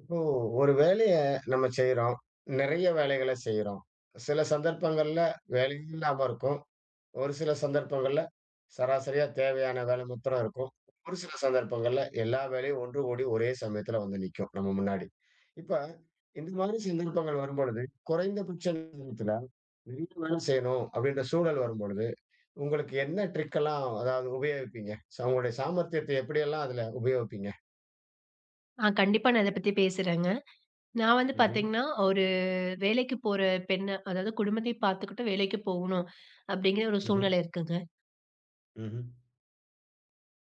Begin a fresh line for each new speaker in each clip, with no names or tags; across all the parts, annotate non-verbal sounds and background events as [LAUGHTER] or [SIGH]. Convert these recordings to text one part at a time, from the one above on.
இப்போ ஒரு வேலைய நம்ம செய்றோம். நிறைய வேலைகள செய்றோம். சில சந்தர்ப்பங்கள்ல வேலையே இல்லாம இருக்கும். ஒரு சில சந்தர்ப்பங்கள்ல சராசரியா தேவையான வேலை மாத்திரம் இருக்கும். ஒரு சில சந்தர்ப்பங்கள்ல எல்லா வேலையும் ஒன்று கூடி ஒரே சமயத்துல வந்து நிக்கும் நம்ம முன்னாடி. இப்ப இந்த மாதிரி சந்தர்ப்பங்கள் வரும்பொழுது, குறைந்தபட்ச நேரத்துல நிறைய வேலை செய்யணும் அப்படின்ற சூழல் வரும்பொழுது, உங்களுக்கு என்ன ட்ரிக் எல்லாம் அதாவது உபயோகிப்பீங்க? உங்களுடைய சாமர்த்தியத்தை எப்படியெல்லாம் அதுல உபயோகிப்பீங்க?
ஆ கண்டிப்பா நான் இத பத்தி பேசுறேங்க. நான் வந்து
ம்ஹ்ம்,
பாத்தீங்கன்னா, ஒரு வேலைக்கு போற பெண்ணு, அதாவது குடும்பத்தையும் பாத்துக்கிட்டு வேலைக்கு போகணும், அப்படிங்கிற ஒரு
ம்ஹ்ம்,
சூழ்நிலை இருக்குங்க.
ம்ஹ்ம்.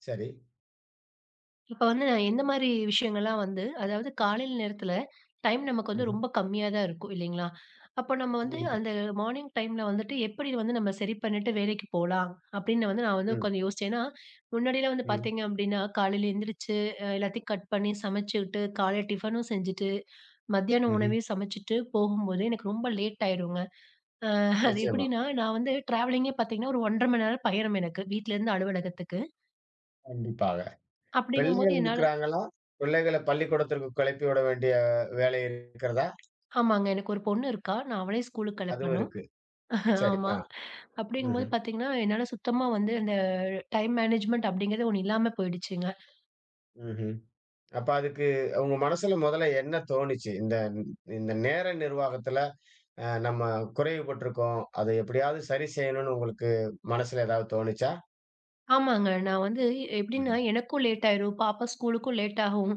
சரி.
இப்ப வந்து நான் எந்த மாரி விஷயங்கள்லாம் வந்து அதாவது காலையில நேரத்துல டைம் நமக்கு வந்து
ம்ஹ்ம்.
ரொம்ப கம்மியா தான் இருக்கும் இல்லைங்களா? அப்ப நம்ம வந்து
கண்டிப்பா.
அந்த மார்னிங் டைம்ல வந்துட்டு எப்படி வந்து நம்ம சரி பண்ணிட்டு வேலைக்கு போலாம்? அப்படின்னு வந்து நான் வந்து
ம்,
உட்காந்து யோசிச்சேன். ஏன்னா, முன்னாடிலாம் வந்து
ம்,
பார்த்தீங்க அப்படின்னா, காலையில எந்திரிச்சு எல்லாத்தையும் கட் பண்ணி சமைச்சுக்கிட்டு, காலை டிஃபனும் செஞ்சுட்டு, மத்தியான
ம்ஹ்ம்.
உணவையும் சமைச்சுட்டு போகும்போது எனக்கு ரொம்ப லேட் ஆயிருங்க. அ அது
நிச்சயமா.
எப்படின்னா, நான் வந்து டிராவலிங்கே பார்த்தீங்கன்னா, ஒரு 1 1/2 மணி நேரம் பயணம் எனக்கு. வீட்லருந்து அலுவலகத்துக்கு.
கண்டிப்பாக.
அப்படிங்கும்போது
பிள்ளைகள்
என்னால
இருக்கிறாங்களா? பிள்ளைகள பள்ளிக்கூடத்திற்கு கிளப்பி விட வேண்டிய வேலை இருக்கிறதா?
ஆமாங்க. எனக்கு ஒரு பொண்ணு இருக்கா. நான் அவளே ஸ்கூலுக்கு
அதுவும்
கிளப்பணும்.
இருக்கு.
[LAUGHS]
சரி.
ஆமா.
ஆ.
அப்படிங்கும்போது
ம்ஹ்ம்.
பார்த்தீங்கன்னா, என்னால சுத்தமா வந்து இந்த டைம் மேனேஜ்மென்ட் அப்படிங்கிறது ஒண்ணு இல்லாம போயிடுச்சுங்க.
ம்ஹ்ம். அப்ப அதுக்கு உங்க மனசுல முதல்ல என்ன தோணுச்சு? இந்த இந்த நேர நிர்வாகத்துல நம்ம குறைவுபட்டுருக்கோம். அத எப்படியாவது சரி செய்யணும்னு உங்களுக்கு மனசுல ஏதாவது தோணுச்சா?
ஆமாங்க. நான் வந்து
ம்ஹ்ம்.
எப்படின்னா, எனக்கும் லேட் ஆயிரும். பாப்பா ஸ்கூலுக்கும் லேட் ஆகும்.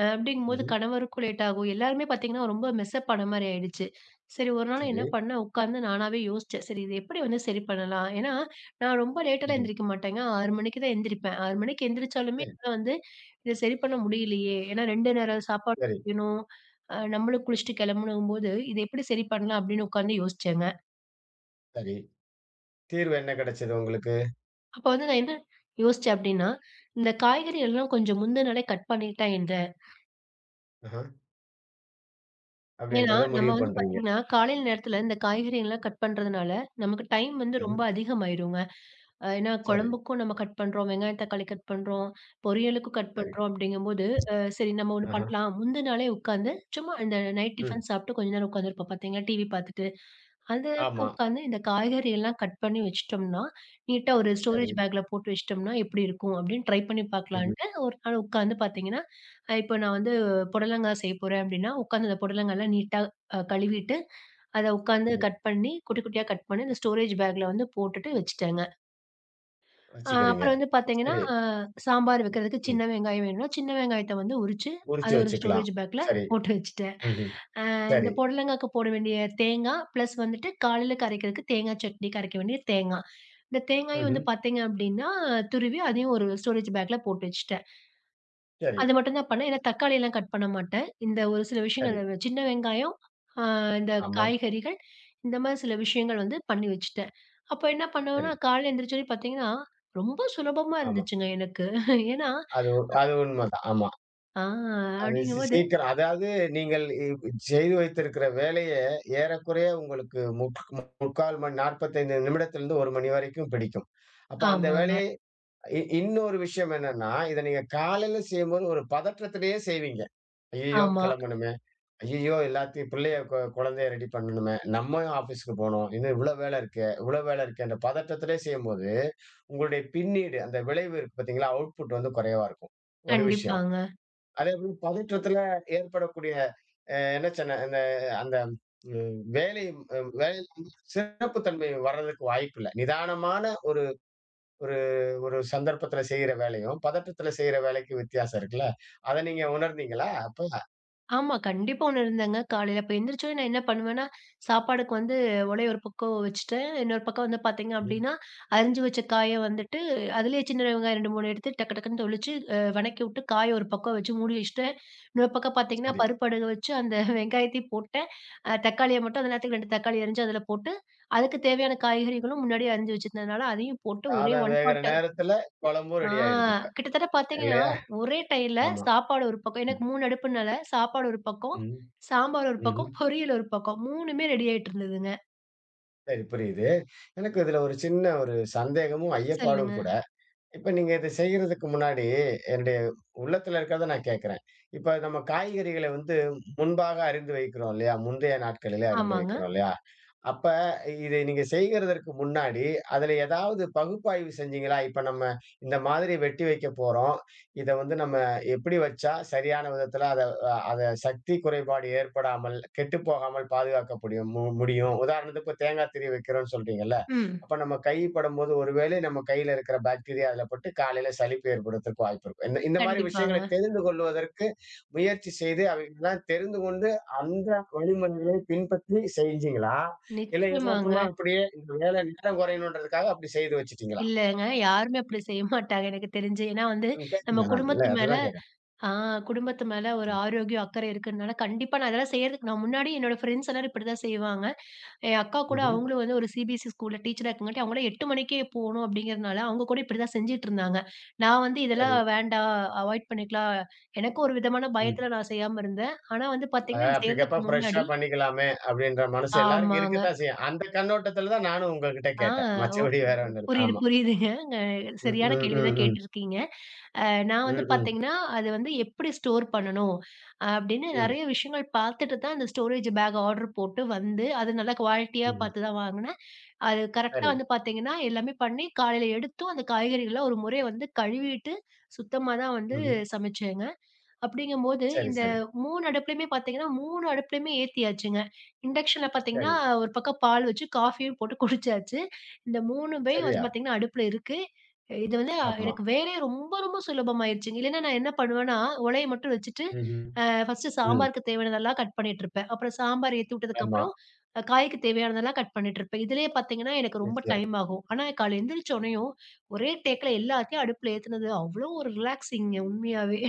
அப்படிங்கும்போது
ம்ஹ்ம்.
கணவருக்கும் லேட் ஆகும். எல்லாருமே பார்த்தீங்கன்னா, ரொம்ப மெஸ்அப் ஆன மாரி ஆயிடுச்சு. சரி ஒரு நாள்
சரி.
என்ன பண்ணேன், உட்கார்ந்து நானாவே யோசிச்சேன். சரி இது எப்படி வந்து சரி பண்ணலாம்? ஏன்னா, நான் ரொம்ப லேட்டாலாம்
ம்ஹ்ம்.
எந்திரிக்க மாட்டேங்க. 6 மணிக்கு தான் எந்திரிப்பேன். 6 மணிக்கு எந்திரிச்சாலுமே
சரி,
என்னால வந்து இத சரி பண்ண முடியலையே! ஏன்னா 2 நேரம் சாப்பாடு
சரி,
செய்யணும். நம்மளும் குளிச்சுட்டு கிளம்பணுங்கும்போது, இத எப்படி சரி பண்ணலாம் அப்படின்னு உட்கார்ந்து யோசிச்சேங்க.
சரி. தீர்வு என்ன கிடைச்சது உங்களுக்கு?
அப்ப வந்து நான் என்ன யோசிச்சேன் அப்டின்னா, இந்த காய்கறி எல்லாம் கொஞ்சம் முந்தின நாளே கட் பண்ணிட்டா என்ன?
ஆஹ.
ஏன்னா,
அப்படின்றத
நம்ம
முடிவு
வந்து
பண்றீங்க.
பாத்தீங்கன்னா, காலையில நேரத்துல இந்த காய்கறிகள்லாம் கட் பண்றதுனால, நமக்கு டைம் வந்து ரொம்ப
ம்ஹ்ம்.
அதிகமாயிருங்க. ஏன்னா
சரி.
குழம்புக்கும் நம்ம கட் பண்றோம், வெங்காயம், தக்காளி கட் பண்றோம், பொரியலுக்கும் கட்
சரி.
பண்றோம் அப்டிங்கும்போது, சரி நம்ம ஒண்ணு
ஆஹா.
பண்ணலாம். முந்தின நாளே உட்காந்து, சும்மா இந்த நைட்
ம்.
டிஃபன் சாப்ட்டு கொஞ்ச நேரம் உட்காந்துருப்போம் பாத்தீங்கன்னா, டிவி பாத்துட்டு. அந்த நேரத்துல
ஆமா.
உட்காந்து இந்த காய்கறி எல்லாம் கட் பண்ணி வச்சுட்டோம்னா, நீட்டா ஒரு
சரி.
ஸ்டோரேஜ் பேக்ல போட்டு வச்சுட்டோம்னா, எப்படி இருக்கும் அப்படின்னு ட்ரை பண்ணி
ம்ஹ்ம்.
பார்க்கலான்ட்டு ஒரு நாள் உட்காந்து பார்த்தீங்கன்னா, இப்போ நான் வந்து புடலங்கா செய்ய போறேன் அப்படின்னா, உட்காந்து அந்த புடலங்காலாம் நீட்டா கழுவிட்டு, அத உட்காந்து
ம்.
கட் பண்ணி, குட்டி குட்டியா கட் பண்ணி இந்த ஸ்டோரேஜ் பேக்ல வந்து போட்டுட்டு வச்சுட்டேங்க. அ
வச்சுக்கிறீங்க.
அப்புறம் வந்து பார்த்தீங்கன்னா,
சரி.
சாம்பார் வைக்கிறதுக்கு
ம்.
சின்ன வெங்காயம் வேணும்னா, சின்ன வெங்காயத்த வந்து உரிச்சு, அத
குறிச்சு
ஒரு
வச்சுக்கலாம்.
ஸ்டோரேஜ் பேக்ல
சரி.
போட்டு வச்சுட்டேன்.
ம்ஹ்ம்.
இந்த
சரி.
புடலங்காக்கு போட வேண்டிய தேங்கா, பிளஸ் வந்துட்டு காலையில கரைக்கிறதுக்கு தேங்கா சட்னி கரைக்க வேண்டிய தேங்கா. இந்த தேங்காயும்
ம்ஹ்ம்.
வந்து பார்த்தீங்க அப்டின்னா, துருவி அதையும் ஒரு ஸ்டோரேஜ் பேக்ல போட்டு வச்சுட்டேன்.
சரி,
அது மட்டும் தான் பண்ணேன். ஏன்னா தக்காளிலாம் கட் பண்ண மாட்டேன். இந்த ஒரு சில
சரி.
விஷயங்கள் அந்த சின்ன வெங்காயம், ஆ இந்த
ஆமாம்.
காய்கறிகள், இந்த மாரி சில விஷயங்கள் வந்து பண்ணி வச்சுட்டேன். அப்போ என்ன
சரி.
பண்ணுவேன்னா, காலையில எந்திரிச்சோனே பார்த்தீங்கன்னா, ரொம்ப சுலபமா
ஆமா.
இருந்துச்சுங்க எனக்கு. ஏன்னா,
அது அது உண்மதான். ஆமா.
ஆ
அது
அப்டிங்கும்போது
சீக்கிரம் அதாவது நீங்கள் செய்து வைத்திருக்கிற வேலைய ஏறக்குறைய உங்களுக்கு 3/4 மணி 45 நிமிடத்திலிருந்து 1 மணி வரைக்கும் பிடிக்கும். அப்ப அந்த
ஆமாங்க.
வேலையை இன்னொரு விஷயம் என்னன்னா, இத நீங்க காலையில செய்யும்போது ஒரு பதற்றத்திலேயே செய்வீங்க. ஐயய்யோ!
ஆமா.
கிளம்பணுமே! ஐயையோ! எல்லாத்தையும் பிள்ளைய குழந்தைய ரெடி பண்ணணுமே! நம்மயும் ஆஃபீஸ்க்கு போணும். இன்னும் இவ்ளோ வேலை இருக்கே, இவ்ளோ வேலை இருக்கே என்ற பதட்டத்திலே செய்யும்போது, உங்களுடைய பின்னீடு அந்த விளைவு இருக்கு பார்த்தீங்களா? அவுட்புட் வந்து குறைவா இருக்கும். ஒரு விஷயம்.
கண்டிப்பாங்க.
அதேபோல பதற்றத்தில ஏற்படக்கூடிய என்ன சொன்ன அந்த அந்த வேலை வேலையில வந்து சிறப்பு தன்மை வர்றதுக்கு வாய்ப்பில்ல. நிதானமான ஒரு ஒரு ஒரு சந்தர்ப்பத்தில செய்ற வேலையும், பதட்டத்தில செய்ற வேலைக்கும் வித்தியாசம் இருக்குல்ல. அத நீங்க உணர்ந்தீங்களா? அப்ப?
ஆமா. கண்டிப்பா உணர்ந்தேங்க. காலையில அப்ப எந்திரிச்சோனே நான் என்ன பண்ணுவேன்னா, சாப்பாடுக்கு வந்து ஒலைய ஒரு பக்கம் வச்சுட்டு, இன்னொரு பக்கம் வந்து பார்த்தீங்க
ம்.
அப்டின்னா, அரிஞ்சு வச்ச காய வந்துட்டு அதிலேயே சின்ன வெங்காயம் 2, 3 எடுத்து டக்கு டக்குன்னு தொளிச்சு வணக்கி விட்டு, காய ஒரு பக்கம் வச்சு மூடி வச்சுட்டேன். இன்னொரு பக்கம் பார்த்தீங்கன்னா,
சரி.
பருப்பு அடுக்க வச்சு அந்த [LAUGHS] வெங்காயத்தையும் போட்டேன். தக்காளிய மட்டும் அந்த நேரத்துக்கு 2 தக்காளி அரிஞ்சு அதில போட்டு, அதுக்கு தேவையான காய்கறிகளும் முன்னாடியே அரிஞ்சு வச்சிருந்ததுனால, அதையும் போட்டு ஒரே
சாதம்
ஒன்
வேகுற
பாட்
நேரத்துல குழம்பும்
ஆ
ரெடி ஆயிடுது இப்ப.
கிட்டத்தட்ட பார்த்தீங்கன்னா,
இல்லையா?
ஒரே டையில
ஆமா.
சாப்பாடு ஒரு பக்கம். எனக்கு
ம்.
3 அடுப்புனால சாப்பாடு ஒரு பக்கம்,
ம்.
சாம்பார் ஒரு
ம்ஹ்ம்.
பக்கம், பொரியல் ஒரு பக்கம். 3மே ரெடி ஆயிட்டு இருந்ததுங்க.
சரி புரியுது. எனக்கு இதுல ஒரு சின்ன சந்தேகமும், ஐயப்பாடும்
சொல்லுங்க.
கூட. இப்ப நீங்க இத செய்யறதுக்கு முன்னாடி, என்னுடைய உள்ளத்துல இருக்கிறத நான் கேட்கிறேன். இப்ப நம்ம காய்கறிகள வந்து முன்பாக அறிந்து வைக்கிறோம் இல்லையா? முந்தைய நாட்களிலே அறிந்து
ஆமாங்க.
வைக்கிறோம் இல்லையா? அப்ப இதை நீங்க செய்கிறதற்கு முன்னாடி, அதுல ஏதாவது பகுப்பாய்வு செஞ்சீங்களா? இப்ப நம்ம இந்த மாதிரி வெட்டி வைக்கப் போறோம். இத வந்து நம்ம எப்படி வச்சா சரியான விதத்துல அத அத சக்தி குறைபாடு ஏற்படாமல், கெட்டுப்போகாமல் பாதுகாக்க முடியும் முடியும். உதாரணத்துக்கு இப்ப தேங்காய் திருவி வைக்கிறோம்னு சொல்றீங்கல்ல.
ம்.
அப்ப நம்ம கை படும்போது ஒருவேளை நம்ம கையில இருக்கிற பாக்டீரியா அதுல பட்டு காலையில சலிப்பு ஏற்படுறதுக்கு வாய்ப்பு இருக்கும். இந்த இந்த மாதிரி
கண்டிப்பாங்க.
விஷயங்களை தெரிந்து கொள்வதற்கு முயற்சி செய்து அவைகள்லாம் தெரிந்து கொண்டு அந்த வழிமுறைகளை பின்பற்றி செஞ்சீங்களா? இல்ல
நிச்சயமாங்க.
எதார்த்தமா அப்படியே இந்த வேலை நேரம் குறையணுன்றதுக்காக அப்படி செய்து வச்சுட்டீங்களா?
இல்லங்க. யாருமே அப்படி செய்ய மாட்டாங்க எனக்கு தெரிஞ்சு. ஏன்னா வந்து
ம்.
நம்ம
கேக்குங்க நான் இல்ல
குடும்பத்து மேல
அதுதான் கேக்குறேன்.
ஆ குடும்பத்து மேல ஒரு
ம்.
ஆரோக்கியம், அக்கறை இருக்குனால, கண்டிப்பா நான் அதெல்லாம் செய்யறதுக்கு நான் முன்னாடி என்னோட ஃப்ரெண்ட்ஸ் எல்லாரும் இப்படிதான் செய்வாங்க. என் அக்கா கூட
ம்ஹ்ம்.
அவங்களும் வந்து ஒரு சிபிஎஸ்சி ஸ்கூல்ல டீச்சரா இருக்கங்காட்டி, அவங்கலாம் 8 மணிக்கே போணும் அப்படிங்கிறதுனால, அவங்க கூட இப்படிதான் செஞ்சுட்டுருந்தாங்க. நான் வந்து இதெல்லாம்
சரி.
வேண்டாம், அவாய்ட் பண்ணிக்கலாம். எனக்கும் ஒரு விதமான
ம்.
பயத்துல நான் செய்யாம இருந்தேன். ஆனா வந்து பாத்தீங்கன்னா,
அதாவது
இது
அப்பக்கப்ப
செய்றதுக்கு
ஃப்ரெஷ்ஷா
முன்னாடி
பண்ணிக்கலாமே அப்படின்ற மனசு எல்லாருக்கும்
ஆமாங்க.
இருக்கத்தான் செய்யும். அந்த கண்ணோட்டத்துல தான் நானும் உங்ககிட்ட
ஆ
கேட்டேன்.
ஓ
மத்தபடி வேற ஒண்ணும் இல்ல.
புரியுது,
ஆமா.
புரியுதுங்க.
ம்,
சரியான
ம்,
கேள்வி தான்
ம், ம்.
கேட்டிருக்கீங்க. அ நான் வந்து
ம், ம்,
பார்த்தீங்கன்னா, அது வந்து எப்படி ஸ்டோர் பண்ணணும்? அப்படின்னு
ம்.
நெறைய விஷயங்கள் பார்த்துட்டு தான் அந்த ஸ்டோரேஜ் பேக் ஆர்டர் போட்டு வந்து, அது நல்லா குவாலிட்டியா
ம்ஹ்ம்.
பார்த்து தான் வாங்குனேன். அது கரெக்ட்டா
சரி.
வந்து பார்த்தீங்கன்னா, எல்லாமே பண்ணி காலையில எடுத்தும் அந்த காய்கறிகள ஒரு முறை வந்து கழுவிட்டு, சுத்தமா தான் வந்து
ம்ஹ்ம்.
சமைச்சேங்க. அப்படிங்கும்போது,
சரி,
இந்த
சரி,
3 அடுப்புலயுமே பார்த்தீங்கன்னா, 3 அடுப்புலயுமே ஏத்தியாச்சுங்க. இண்டக்ஷன்ல பார்த்தீங்கன்னா,
சரி.
ஒரு பக்கம் பால் வச்சு காஃபியும் போட்டு குடிச்சாச்சு. இந்த 3மே வந்து
சரியா?
பார்த்தீங்கன்னா, அடுப்புல இருக்கு. இது வந்து
ஆமா.
எனக்கு வேலையே ரொம்ப ரொம்ப சுலபமாயிருச்சுங்க. இல்லன்னா நான் என்ன பண்ணுவேன்னா, உலைய மட்டும் வச்சுட்டு,
ம்ஹ்ம்.
ஃபர்ஸ்ட்டு
ம்.
சாம்பாருக்கு தேவையானதெல்லாம் கட் பண்ணிட்டுருப்பேன். அப்புறம் சாம்பார் ஏத்தி
ஆமா.
விட்டதுக்கப்புறம், காய்க்கு தேவையானதெல்லாம் கட் பண்ணிட்டுருப்பேன். இதுலயே பார்த்தீங்கன்னா, எனக்கு ரொம்ப
நிச்சயம்.
டைம் ஆகும். ஆனா காலைல எந்திரிச்சோனயும், ஒரே டேக்ல எல்லாத்தையும் அடுப்புல ஏத்துனது அவ்ளோ ஒரு ரிலாக்ஸிங்க உண்மையாவே.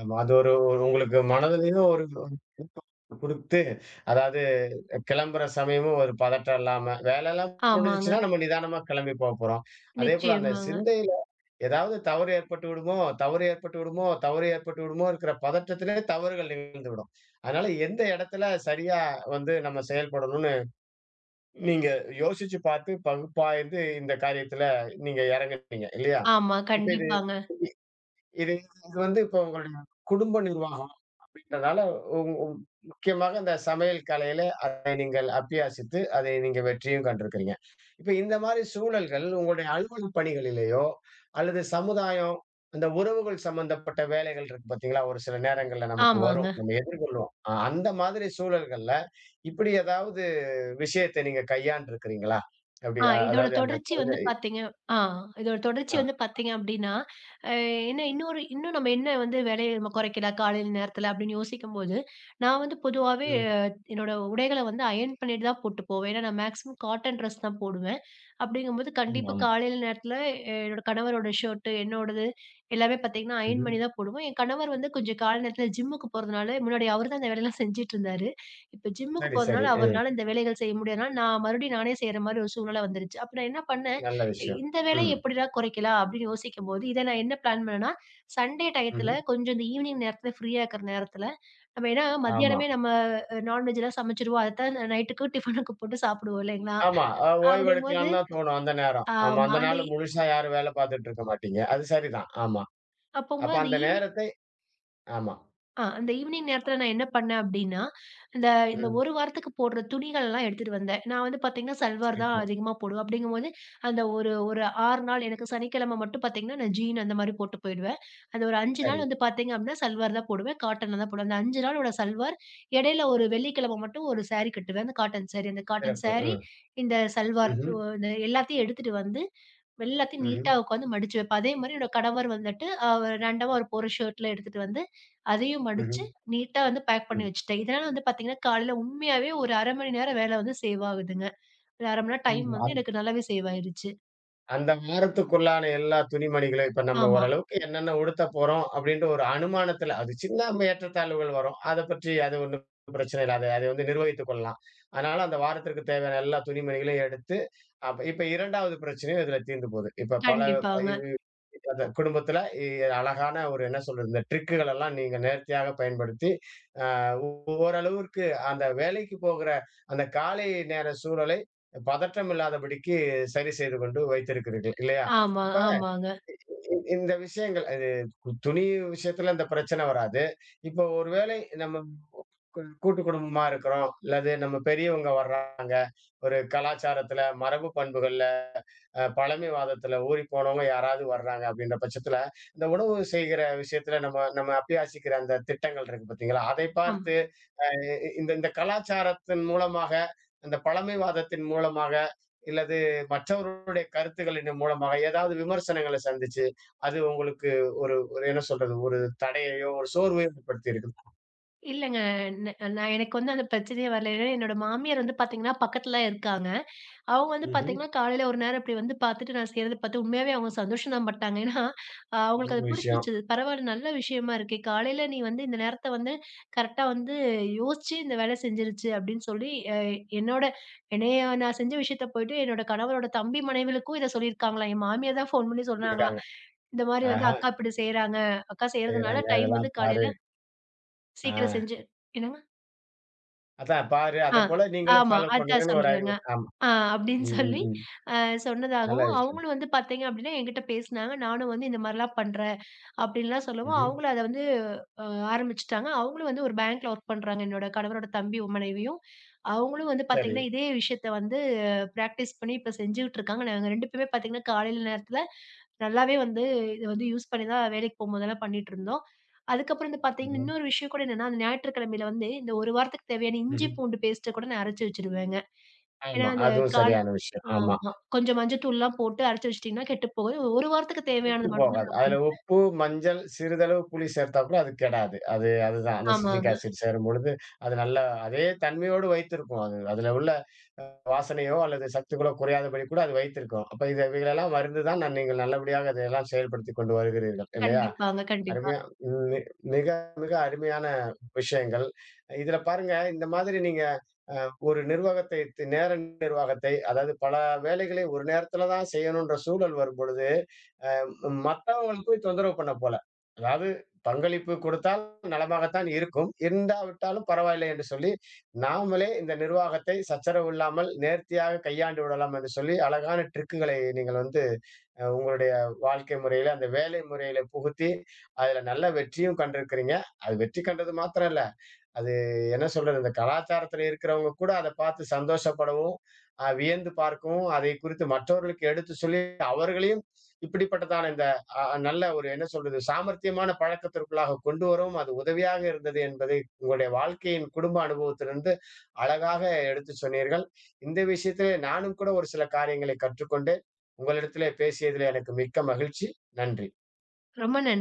ஆமா. அது ஒரு ஒரு உங்களுக்கு மனதிலயும் ஒரு குடுத்து, அதாவது கிளம்புற சமயமும் ஒரு பதட்டம் இல்லாம, வேலைலாம்
ஆமாங்க.
முடிஞ்சுச்சுன்னா நம்ம நிதானமா கிளம்பி போப்போறோம். அதேபோல அந்த
நிச்சயமாங்க.
சிந்தையில ஏதாவது தவறு ஏற்பட்டு விடுமோ, தவறு ஏற்பட்டு விடுமோ, தவறு ஏற்பட்டு விடுமோ இருக்கிற பதட்டத்திலே தவறுகள் நிகழ்ந்துவிடும். அதனால எந்த இடத்துல சரியா வந்து நம்ம செயல்படணும்னு நீங்க யோசிச்சு பார்த்து பகுப்பாய்ந்து இந்த காரியத்துல நீங்க இறங்குனீங்க இல்லையா?
ஆமா,
இப்ப இது
கண்டிப்பாங்க.
இது இது வந்து இப்ப உங்களுடைய குடும்ப நிர்வாகம் அப்படின்றதால உங் உங் முக்கியமாக இந்த சமையல் கலையில அதை நீங்கள் அபியாசித்து அதை நீங்க வெற்றியும் கண்டிருக்கிறீங்க. இப்ப இந்த மாரி சூழல்கள் உங்களுடைய அலுவலக பணிகளிலேயோ அல்லது சமுதாயம், அந்த உறவுகள் சம்பந்தப்பட்ட வேலைகள் இருக்கு பார்த்தீங்களா? ஒரு சில நேரங்கள்ல நமக்கு வரும்.
ஆமாங்க.
நம்ம எதிர்கொள்வோம். அந்த மாதிரி சூழல்கள்ல இப்படி ஏதாவது விஷயத்தை நீங்க கையாண்டுருக்கிறீங்களா? அப்படி
ஆ இதோட
அதாவது அந்த
தொடர்ச்சி வந்து
குழந்தை
பார்த்தீங்க ஆ இதோட தொடர்ச்சி
ஆ.
வந்து பார்த்தீங்க அப்டின்னா, அ என்ன இன்னொரு இன்னும் நம்ம என்ன வந்து வேலைய நம்ம குறைக்கலாம் காலையில நேரத்தில அப்டின்னு யோசிக்கும்போது, நான் வந்து பொதுவாவே
ம்.
என்னோட உடைகள வந்து அயர்ன் பண்ணிட்டு தான் போட்டு போவேன். ஏன்னா நான் மேக்ஸிமம் காட்டன் ட்ரெஸ் தான் போடுவேன். அப்டிங்கும்போது கண்டிப்பா
ஆமாம்.
காலையில நேரத்தில என்னோட கணவரோட ஷர்ட்டு, என்னோடது எல்லாமே பார்த்தீங்கன்னா, அயர்ன்
ம்ஹ்ம்.
பண்ணி தான் போடுவோம். என் கணவர் வந்து கொஞ்சம் காலை நேரத்தில ஜிம்முக்கு போறதுனால முன்னாடி அவரு தான் இந்த வேலையெல்லாம் செஞ்சுட்டு இருந்தாரு. இப்ப ஜிம்முக்கு
சரி, சரி.
போறதுனால
ம்.
அவர்னால இந்த வேலைகள் செய்ய முடியாதனால, நான் மறுபடியும் நானே செய்ற மாரி ஒரு சூழ்நிலை வந்துருச்சு. அப்ப நான் என்ன பண்ணேன்,
நல்ல விஷயம்.
இந்த
ம்.
வேலைய எப்படிடா குறைக்கலாம் அப்படின்னு யோசிக்கும்போது, இத நான் என்ன பிளான் பண்ணேன்னா, சண்டே டயத்துல
ம்ஹ்ம்.
கொஞ்சம் இந்த ஈவினிங் நேரத்துல ஃப்ரீயா இருக்கிற நேரத்துல, நம்ம ஏன்னா
ஆமா.
மத்தியானமே நம்ம நான்வெஜ்லாம் சமைச்சுருவோம். அதத்தான் நைட்டுக்கு டிஃபனுக்கு போட்டு சாப்பிடுவோம் இல்லைங்களா?
ஆமா. ஓய்வு
அப்படிங்கும்போது
எடுக்கலான்னு தான் தோணும் அந்த நேரம். ஆமா.
ஆமா.
அந்த
அந்த
நாள் முழுசா யாரும் வேலை பார்த்துட்டு இருக்க மாட்டீங்க. அது சரிதான். ஆமா. அப்ப
அப்பம்போது அந்த
அந்த
ஈவினிங்
நேரத்தை ஆமா.
ஆ அந்த ஈவினிங் நேரத்தில நான் என்ன பண்ணேன் அப்டின்னா, இந்த இந்த
ம்.
1 வாரத்துக்கு போடுற துணிகள்லாம் எடுத்துட்டு வந்தேன். நான் வந்து பார்த்தீங்கன்னா, சல்வார் தான்
சிறப்பு.
அதிகமா போடுவேன். அப்டிங்கும்போது, அந்த ஒரு ஒரு 6 நாள் எனக்கு சனிக்கிழமை மட்டும் பார்த்தீங்கன்னா, நான் ஜீன் அந்த மாரி போட்டு போயிடுவேன். அந்த ஒரு 5
சரி.
நாள் வந்து பார்த்தீங்க அப்டின்னா, சல்வார் தான் போடுவேன். காட்டன்ல தான் போடுவேன். அந்த 5 நாளோட சல்வார் இடையில ஒரு வெள்ளிக்கிழமை மட்டும் ஒரு சாரி கட்டுவேன். அந்த காட்டன் சாரி. அந்த காட்டன்
சிறப்பு.
சாரி,
ம்.
இந்த சல்வார்
ம்ஹ்ம்.
இந்த எல்லாத்தையும் எடுத்துட்டு வந்து, எல்லாத்தையும்
ம்ஹ்ம்.
நீட்டா உட்காந்து மடிச்சு வைப்பேன். அதே மாரி என்னோட கணவர் வந்துட்டு, அவர் ரேண்டமா அவர் போடுற ஷர்ட்லாம் எடுத்துட்டு வந்து, அதையும்
ம்ஹ்ம்.
மடிச்சு நீட்டா வந்து பேக் பண்ணி வச்சுட்டேன். இதனால வந்து பார்த்தீங்கன்னா, காலையில உண்மையாவே ஒரு 1/2 மணி நேரம் வேலை வந்து சேவ் ஆகுதுங்க. ஒரு 1/2 மணி நேரம் டைம் வந்து
ம்.
எனக்கு நல்லாவே சேவ் ஆயிருச்சு.
அந்த வாரத்துக்குள்ளான எல்லா துணிமணிகளும், இப்ப நம்ம
ஆமா.
ஓரளவுக்கு என்னென்ன உடுத்த போறோம் அப்படின்ற ஒரு அனுமானத்துல, அது சின்ன ஏற்றத்தாழ்வுகள் வரும். அத பற்றி அது ஒண்ணும் பிரச்சனை இல்ல. அத அதை வந்து நிர்வகித்துக் கொள்ளலாம். அதனால அந்த வாரத்திற்கு தேவையான எல்லா துணிமணிகளையும் எடுத்து அப்ப இப்ப 2வது பிரச்சனையும் இதுல தீர்ந்து போது. இப்ப பல
கண்டிப்பாங்க.
இது அந்த குடும்பத்துல இ அழகான ஒரு என்ன சொல்றது, இந்த ட்ரிக்குகள் எல்லாம் நீங்க நேர்த்தியாக பயன்படுத்தி, அ ஓரளவிற்கு அந்த வேலைக்கு போகிற அந்த காலை நேர சூழலை பதற்றம் இல்லாதபடிக்கு சரி செய்து கொண்டு வைத்திருக்கிறீர்கள் இல்லையா?
ஆமா,
இப்ப
ஆமாங்க.
இந்த விஷயங்கள் இது துணி விஷயத்துல இந்த பிரச்சனை வராது. இப்ப ஒருவேளை நம்ம கூட்டு குடும்பமா இருக்கிறோம், அல்லது நம்ம பெரியவங்க வர்றாங்க, ஒரு கலாச்சாரத்துல மரபு பண்புகள் பழமைவாதத்துல ஊறி போனவங்க யாராவது வர்றாங்க அப்படின்ற பட்சத்துல, இந்த உணவு செய்கிற விஷயத்துல நம்ம நம்ம அபியாசிக்கிற அந்த திட்டங்கள் இருக்கு பார்த்தீங்களா? அதை
ஆமா.
பார்த்து அ இந்த இந்த கலாச்சாரத்தின் மூலமாக, அந்த பழமைவாதத்தின் மூலமாக, இல்லது மற்றவர்களுடைய கருத்துக்களின் மூலமாக ஏதாவது விமர்சனங்கள சந்திச்சு, அது உங்களுக்கு ஒரு ஒரு என்ன சொல்றது? ஒரு தடையையோ, ஒரு சோர்வையோ ஏற்படுத்தி இருக்குது.
இல்லங்க. ந நான் எனக்கு வந்து அந்த பிரச்சனையே வரல. ஏன்னா என்னோட மாமியார் வந்து பார்த்தீங்கன்னா, பக்கத்துல இருக்காங்க. அவங்க வந்து
ம்ஹ்ம்.
பார்த்தீங்கன்னா, காலையில ஒரு நேரம் இப்டி வந்து பார்த்துட்டு, நான் செய்றத பார்த்து உண்மையாவே அவங்க சந்தோஷம் தான் பட்டாங்க. ஏன்னா, அவங்களுக்கு
நல்ல
அது
விஷயம்.
பிடிச்சிருச்சு. பரவால்ல நல்ல விஷயமா இருக்கே. காலையில நீ வந்து இந்த நேரத்த வந்து கரெக்ட்டா வந்து யோசிச்சு இந்த வேல செஞ்சிருச்சு அப்டின்னு சொல்லி, என்னோட என்னைய நான் செஞ்ச விஷயத்த போயிட்டு என்னோட கணவரோட தம்பி மனைவிகளுக்கும் இத சொல்லியிருக்காங்களாம். என் மாமியார் தான் ஃபோன் பண்ணி சொன்னாங்களாம்.
இருக்காங்க.
இந்த மாரி வந்து
ஆஹா!
அக்கா இப்டி செய்றாங்க. அக்கா செய்றதுனால
செய்றாங்க.
டைம் வந்து
இதெல்லாம் பாரு.
காலையில
ஆ.
சீக்கிரம் செஞ்சு என்னங்க?
அதான் பாரு.
ஆ,
அதேபோல நீங்களும்
ஆமா.
ஃபாலோ
அதான்
பண்ணுங்கன்னு ஒரு
சொல்றேங்க.
அறிவுரை. ஆமா.
அப்படின்னு
ம், ம்,
சொல்லி
ம்.
அ
நல்ல
சொன்னதாகவும்,
விஷயம்.
அவங்களும் வந்து பார்த்தீங்க அப்படின்னா, என்கிட்ட பேசினாங்க. நானும் வந்து இந்த மாரிலாம் பண்றேன் அப்படின்லாம் சொல்லவும்,
ம்ஹ்ம்.
அவங்களும் அத வந்து அ ஆரம்பிச்சுட்டாங்க. அவங்களும் வந்து ஒரு பேங்க்ல ஒர்க் பண்றாங்க. என்னோட கணவரோட தம்பி மனைவியும். அவங்களும் வந்து
சரி.
பார்த்தீங்கன்னா, இதே விஷயத்த வந்து பிராக்டிஸ் பண்ணி இப்ப செஞ்சுகிட்டு இருக்காங்க. நாங்க 2 பேருமே பார்த்தீங்கன்னா, காலையில நேரத்தில நல்லாவே வந்து இத வந்து யூஸ் பண்ணி தான் வேலைக்கு போகும்போதெல்லாம் பண்ணிட்டு இருந்தோம். அதுக்கப்புறம் வந்து பார்த்தீங்கன்னா,
ம்ஹ்ம்.
இன்னொரு விஷயம் கூட என்னன்னா, அந்த ஞாயிற்றுக்கிழமையில வந்து இந்த 1 வாரத்துக்கு தேவையான இஞ்சி,
ம்ஹ்ம்.
பூண்டு பேஸ்ட்ட கூட நான் அரைச்சு வச்சுருவேங்க. ஏன்னா,
ஆமா.
அந்த
அதுவும்
கால்
சரியான விஷயம். ஆமா.
ஆமா. கொஞ்சம் மஞ்சத்தூள்லாம் போட்டு அரைச்சு வச்சுட்டீங்கன்னா கெட்டுப் போகாது. 1 வாரத்துக்கு
கெட்டு
தேவையானது மட்டும் தான்
போகாது.
நான்
அதுல
போடுவேன்.
உப்பு, மஞ்சள், சிறிதளவு புளி சேர்த்தா கூட அது கெடாது. அது அதுதான். அந்த சிட்ரிக்
ஆமாங்க.
ஆசிட் சேரும்பொழுது, அது நல்லா அதே தன்மையோடு வைத்திருக்கும். அது அதுல உள்ள வாசனையோ அல்லது சத்துக்களோ குறையாதபடி கூட அது வைத்திருக்கும். அப்ப இத இவைகளெல்லாம் மருந்து தான் நான் நீங்கள் நல்லபடியாக இதையெல்லாம் செயல்படுத்திக் கொண்டு வருகிறீர்கள். இல்லையா?
கண்டிப்பாங்க, கண்டிப்பா.
அருமையா ம். மிக மிக அருமையான விஷயங்கள். இதுல பாருங்க, இந்த மாதிரி நீங்க ஒரு நிர்வாகத்தை நேர நிர்வாகத்தை அதாவது பல வேலைகளை ஒரு நேரத்துல தான் செய்யணுன்ற சூழல் வரும் பொழுது மத்தவங்களுக்கு போய் தொந்தரவு பண்ண போல அதாவது பங்களிப்பு கொடுத்தால் நலமாகத்தான் இருக்கும் இருந்தாவிட்டாலும் பரவாயில்லை என்று சொல்லி நாமளே இந்த நிர்வாகத்தை சச்சரவு இல்லாமல் நேர்த்தியாக கையாண்டு விடலாம் என்று சொல்லி அழகான ட்ரிக்குகளை நீங்கள் வந்து உங்களுடைய வாழ்க்கை முறையில அந்த வேலை முறையில புகுத்தி அதுல நல்ல வெற்றியும் கண்டிருக்கிறீங்க அது வெற்றி கண்டது மாத்திரம் இல்ல அது என்ன சொல்றது? இந்த கலாச்சாரத்துல இருக்கிறவங்க கூட அத பார்த்து சந்தோஷப்படவும், வியந்து பார்க்கவும், அதை குறித்து மற்றவர்களுக்கு எடுத்து சொல்லி அவர்களையும் இப்படிப்பட்டதான இந்த நல்ல ஒரு என்ன சொல்றது? சாமர்த்தியமான பழக்கத்திற்குள்ளாக கொண்டு வரவும் அது உதவியாக இருந்தது என்பதை உங்களுடைய வாழ்க்கையின் குடும்ப அனுபவத்திலிருந்து அழகாக எடுத்து சொன்னீர்கள். இந்த விஷயத்திலே நானும் கூட ஒரு சில காரியங்களை கற்றுக்கொண்டு, உங்களிடத்திலே பேசியதிலே எனக்கு மிக்க மகிழ்ச்சி. நன்றி.
ரொம்ப நன்றி.